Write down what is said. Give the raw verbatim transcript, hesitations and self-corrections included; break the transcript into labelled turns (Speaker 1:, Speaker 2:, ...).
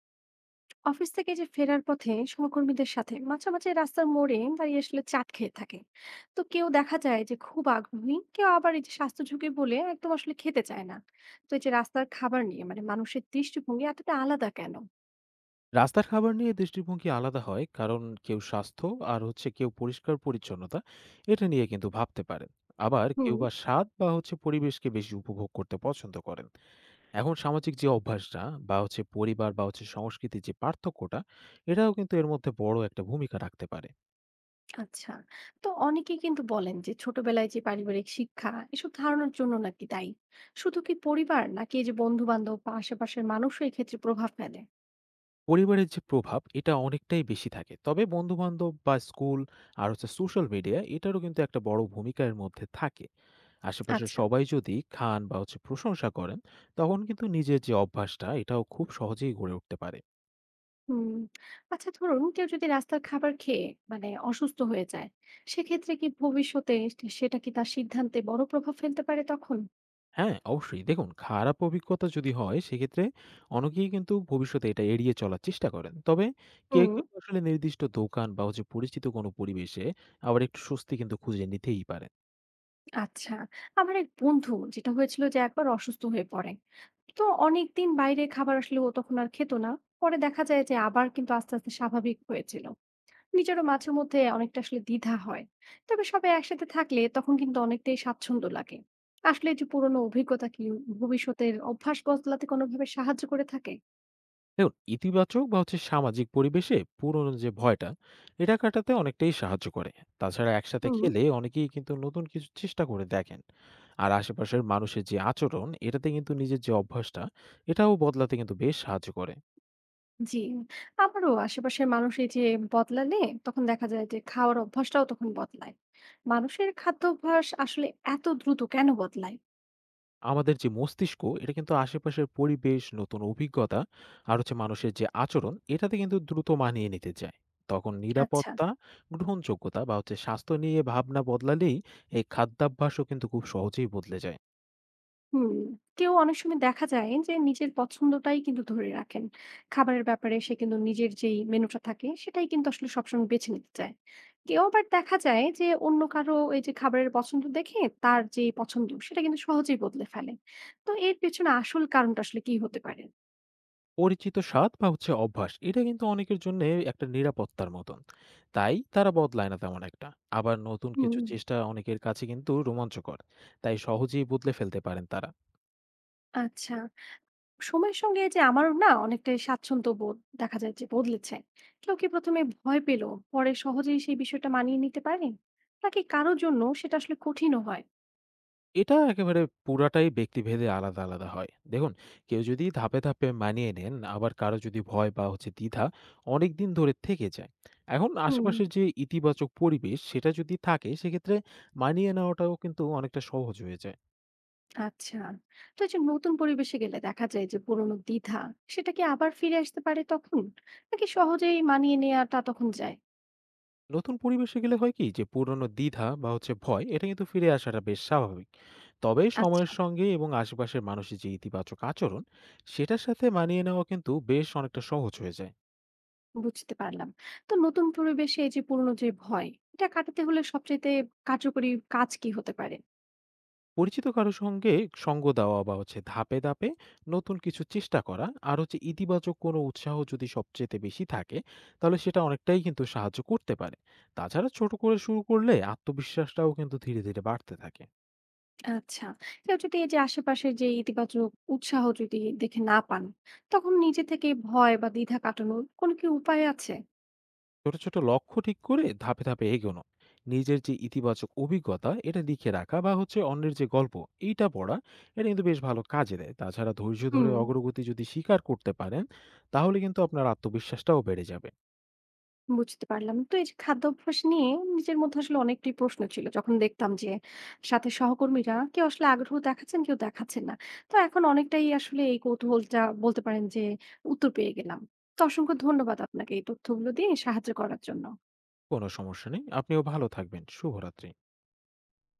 Speaker 1: Office থেকে যে ফেরার পথে সহকর্মীদের সাথে মাঝে মাঝে রাস্তার মোড়ে দাঁড়িয়ে আসলে চাট খেয়ে থাকে। তো কেউ দেখা যায় যে খুব আগ্রহী, কেউ আবার এই যে স্বাস্থ্য ঝুঁকি বলে একদম আসলে খেতে চায় না। তো এই যে রাস্তার খাবার নিয়ে মানে মানুষের দৃষ্টিভঙ্গি এতটা আলাদা কেন?
Speaker 2: রাস্তার খাবার নিয়ে দৃষ্টিভঙ্গি আলাদা হয় কারণ কেউ স্বাস্থ্য আর হচ্ছে কেউ পরিষ্কার পরিচ্ছন্নতা এটা নিয়ে কিন্তু ভাবতে পারেন। আবার কেউ
Speaker 1: হুম।
Speaker 2: বা স্বাদ বা হচ্ছে পরিবেশকে বেশি উপভোগ করতে পছন্দ করেন। এখন সামাজিক যে অভ্যাসটা বা হচ্ছে পরিবার বা হচ্ছে সংস্কৃতির যে পার্থক্যটা, এটাও কিন্তু এর মধ্যে বড় একটা ভূমিকা রাখতে পারে।
Speaker 1: আচ্ছা। তো অনেকেই কিন্তু বলেন যে ছোটবেলায় যে পারিবারিক শিক্ষা এসব ধারণার জন্য নাকি দায়ী। শুধু কি পরিবার, নাকি এই যে বন্ধু বান্ধব বা আশেপাশের মানুষও এক্ষেত্রে প্রভাব ফেলে?
Speaker 2: পরিবারের যে প্রভাব এটা অনেকটাই বেশি থাকে, তবে বন্ধু বান্ধব বা স্কুল আর হচ্ছে সোশ্যাল মিডিয়া এটারও কিন্তু একটা বড় ভূমিকা এর মধ্যে থাকে। আশেপাশের
Speaker 1: আচ্ছা।
Speaker 2: সবাই যদি খান বা হচ্ছে প্রশংসা করেন, তখন কিন্তু নিজের যে অভ্যাসটা এটাও খুব সহজেই গড়ে উঠতে পারে।
Speaker 1: হুম। আচ্ছা, ধরুন কেউ যদি রাস্তার খাবার খেয়ে মানে অসুস্থ হয়ে যায়, সেক্ষেত্রে কি ভবিষ্যতে সেটা কি তার সিদ্ধান্তে বড় প্রভাব ফেলতে পারে তখন?
Speaker 2: হ্যাঁ, অবশ্যই দেখুন, খারাপ অভিজ্ঞতা যদি হয় সেক্ষেত্রে অনেকেই কিন্তু ভবিষ্যতে এটা এড়িয়ে চলার চেষ্টা করেন, তবে কেউ
Speaker 1: হুম।
Speaker 2: কেউ আসলে নির্দিষ্ট দোকান বা হচ্ছে পরিচিত কোনো পরিবেশে আবার একটু স্বস্তি কিন্তু খুঁজে নিতেই পারে।
Speaker 1: আচ্ছা, আমার এক বন্ধু যেটা হয়েছিল যে একবার অসুস্থ হয়ে পড়ে। তো অনেকদিন বাইরে খাবার আসলে ও তখন আর খেত না। পরে দেখা যায় যে আবার কিন্তু আস্তে আস্তে স্বাভাবিক হয়েছিল। নিজেরও মাঝে মধ্যে অনেকটা আসলে দ্বিধা হয়। তবে সবাই একসাথে থাকলে তখন কিন্তু অনেকটাই স্বাচ্ছন্দ্য লাগে। আসলে এই যে পুরোনো অভিজ্ঞতা কি ভবিষ্যতের অভ্যাস বদলাতে কোনোভাবে সাহায্য করে থাকে?
Speaker 2: দেখুন, ইতিবাচক বা হচ্ছে সামাজিক পরিবেশে পুরনো যে ভয়টা, এটা কাটাতে অনেকটাই সাহায্য করে। তাছাড়া একসাথে
Speaker 1: হুম।
Speaker 2: খেলে অনেকেই কিন্তু নতুন কিছু চেষ্টা করে দেখেন। আর আশেপাশের মানুষের যে আচরণ এটাতে কিন্তু নিজের যে অভ্যাসটা এটাও বদলাতে কিন্তু বেশ সাহায্য করে।
Speaker 1: জি, আমারও আশেপাশের মানুষ এই যে বদলালে তখন দেখা যায় যে খাওয়ার অভ্যাসটাও তখন বদলায়। মানুষের খাদ্যাভ্যাস আসলে এত দ্রুত কেন বদলায়?
Speaker 2: আমাদের যে মস্তিষ্ক এটা কিন্তু আশেপাশের পরিবেশ, নতুন অভিজ্ঞতা আর হচ্ছে মানুষের যে আচরণ এটাতে কিন্তু দ্রুত মানিয়ে নিতে চায়। তখন
Speaker 1: আচ্ছা।
Speaker 2: নিরাপত্তা, গ্রহণযোগ্যতা বা হচ্ছে স্বাস্থ্য নিয়ে ভাবনা বদলালেই এই খাদ্যাভ্যাসও কিন্তু খুব সহজেই বদলে যায়।
Speaker 1: হুম। কেউ অনেক সময় দেখা যায় যে নিজের পছন্দটাই কিন্তু ধরে রাখেন। খাবারের ব্যাপারে সে কিন্তু নিজের যেই মেনুটা থাকে সেটাই কিন্তু আসলে সবসময় বেছে নিতে চায়। কেউ আবার দেখা যায় যে অন্য কারো এই যে খাবারের পছন্দ দেখে তার যে পছন্দ সেটা কিন্তু সহজেই বদলে ফেলে। তো এর পেছনে আসল কারণটা আসলে কি হতে পারে?
Speaker 2: পরিচিত স্বাদ বা হচ্ছে অভ্যাস এটা কিন্তু অনেকের জন্য একটা নিরাপত্তার মতন, তাই তারা বদলায় না তেমন একটা। আবার নতুন
Speaker 1: হুম।
Speaker 2: কিছু চেষ্টা অনেকের কাছে কিন্তু রোমাঞ্চকর, তাই সহজেই বদলে ফেলতে পারেন তারা।
Speaker 1: আচ্ছা, সময়ের সঙ্গে যে আমারও না অনেকটাই স্বাচ্ছন্দ্য বোধ দেখা যায় যে বদলেছে। কেউ কি প্রথমে ভয় পেল, পরে সহজেই সেই বিষয়টা মানিয়ে নিতে পারে, নাকি কারোর জন্য সেটা আসলে কঠিনও হয়?
Speaker 2: এটা একেবারে পুরাটাই ব্যক্তিভেদে আলাদা আলাদা হয় দেখুন। কেউ যদি ধাপে ধাপে মানিয়ে নেন, আবার কারো যদি ভয় বা হচ্ছে দ্বিধা অনেক দিন ধরে থেকে যায়। এখন
Speaker 1: হুম,
Speaker 2: আশেপাশে যে ইতিবাচক পরিবেশ সেটা যদি থাকে সেক্ষেত্রে মানিয়ে নেওয়াটাও কিন্তু অনেকটা সহজ হয়ে যায়।
Speaker 1: আচ্ছা। তো এই যে নতুন পরিবেশে গেলে দেখা যায় যে পুরোনো দ্বিধা সেটা কি আবার ফিরে আসতে পারে তখন? নাকি সহজেই মানিয়ে নেয়াটা তখন যায়?
Speaker 2: নতুন পরিবেশে গেলে হয় কি, যে পুরনো দ্বিধা বা হচ্ছে ভয় এটা কিন্তু ফিরে আসাটা বেশ স্বাভাবিক। তবে
Speaker 1: আচ্ছা,
Speaker 2: সময়ের সঙ্গে এবং আশেপাশের মানুষের যে ইতিবাচক আচরণ সেটার সাথে মানিয়ে নেওয়া কিন্তু বেশ অনেকটা সহজ হয়ে যায়।
Speaker 1: বুঝতে পারলাম। তো নতুন পরিবেশে এই যে পুরোনো যে ভয়, এটা কাটাতে হলে সবচাইতে কার্যকরী কাজ কি হতে পারে?
Speaker 2: পরিচিত কারোর সঙ্গে সঙ্গ দেওয়া বা হচ্ছে ধাপে ধাপে নতুন কিছু চেষ্টা করা আর হচ্ছে ইতিবাচক কোনো উৎসাহ যদি সবচেয়ে বেশি থাকে, তাহলে সেটা অনেকটাই কিন্তু সাহায্য করতে পারে। তাছাড়া ছোট করে শুরু করলে আত্মবিশ্বাসটাও কিন্তু ধীরে ধীরে বাড়তে থাকে।
Speaker 1: আচ্ছা। কেউ যদি এই যে আশেপাশের যে ইতিবাচক উৎসাহ যদি দেখে না পান, তখন নিজে থেকে ভয় বা দ্বিধা কাটানোর কোনো কি উপায় আছে?
Speaker 2: ছোট ছোট লক্ষ্য ঠিক করে ধাপে ধাপে এগোনো, নিজের যে ইতিবাচক অভিজ্ঞতা এটা লিখে রাখা বা হচ্ছে অন্যের যে গল্প এইটা পড়া, এটা কিন্তু বেশ ভালো কাজে দেয়। তাছাড়া ধৈর্য ধরে
Speaker 1: হুম।
Speaker 2: অগ্রগতি যদি স্বীকার করতে পারেন, তাহলে কিন্তু আপনার আত্মবিশ্বাসটাও বেড়ে যাবে।
Speaker 1: বুঝতে পারলাম। তো এই যে খাদ্যাভ্যাস নিয়ে নিজের মধ্যে আসলে অনেকটাই প্রশ্ন ছিল। যখন দেখতাম যে সাথে সহকর্মীরা কেউ আসলে আগ্রহ দেখাচ্ছেন, কেউ দেখাচ্ছেন না। তো এখন অনেকটাই আসলে এই কৌতূহলটা বলতে পারেন যে উত্তর পেয়ে গেলাম। তো অসংখ্য ধন্যবাদ আপনাকে এই তথ্যগুলো দিয়ে সাহায্য করার জন্য।
Speaker 2: কোনো সমস্যা নেই, আপনিও ভালো থাকবেন, শুভরাত্রি।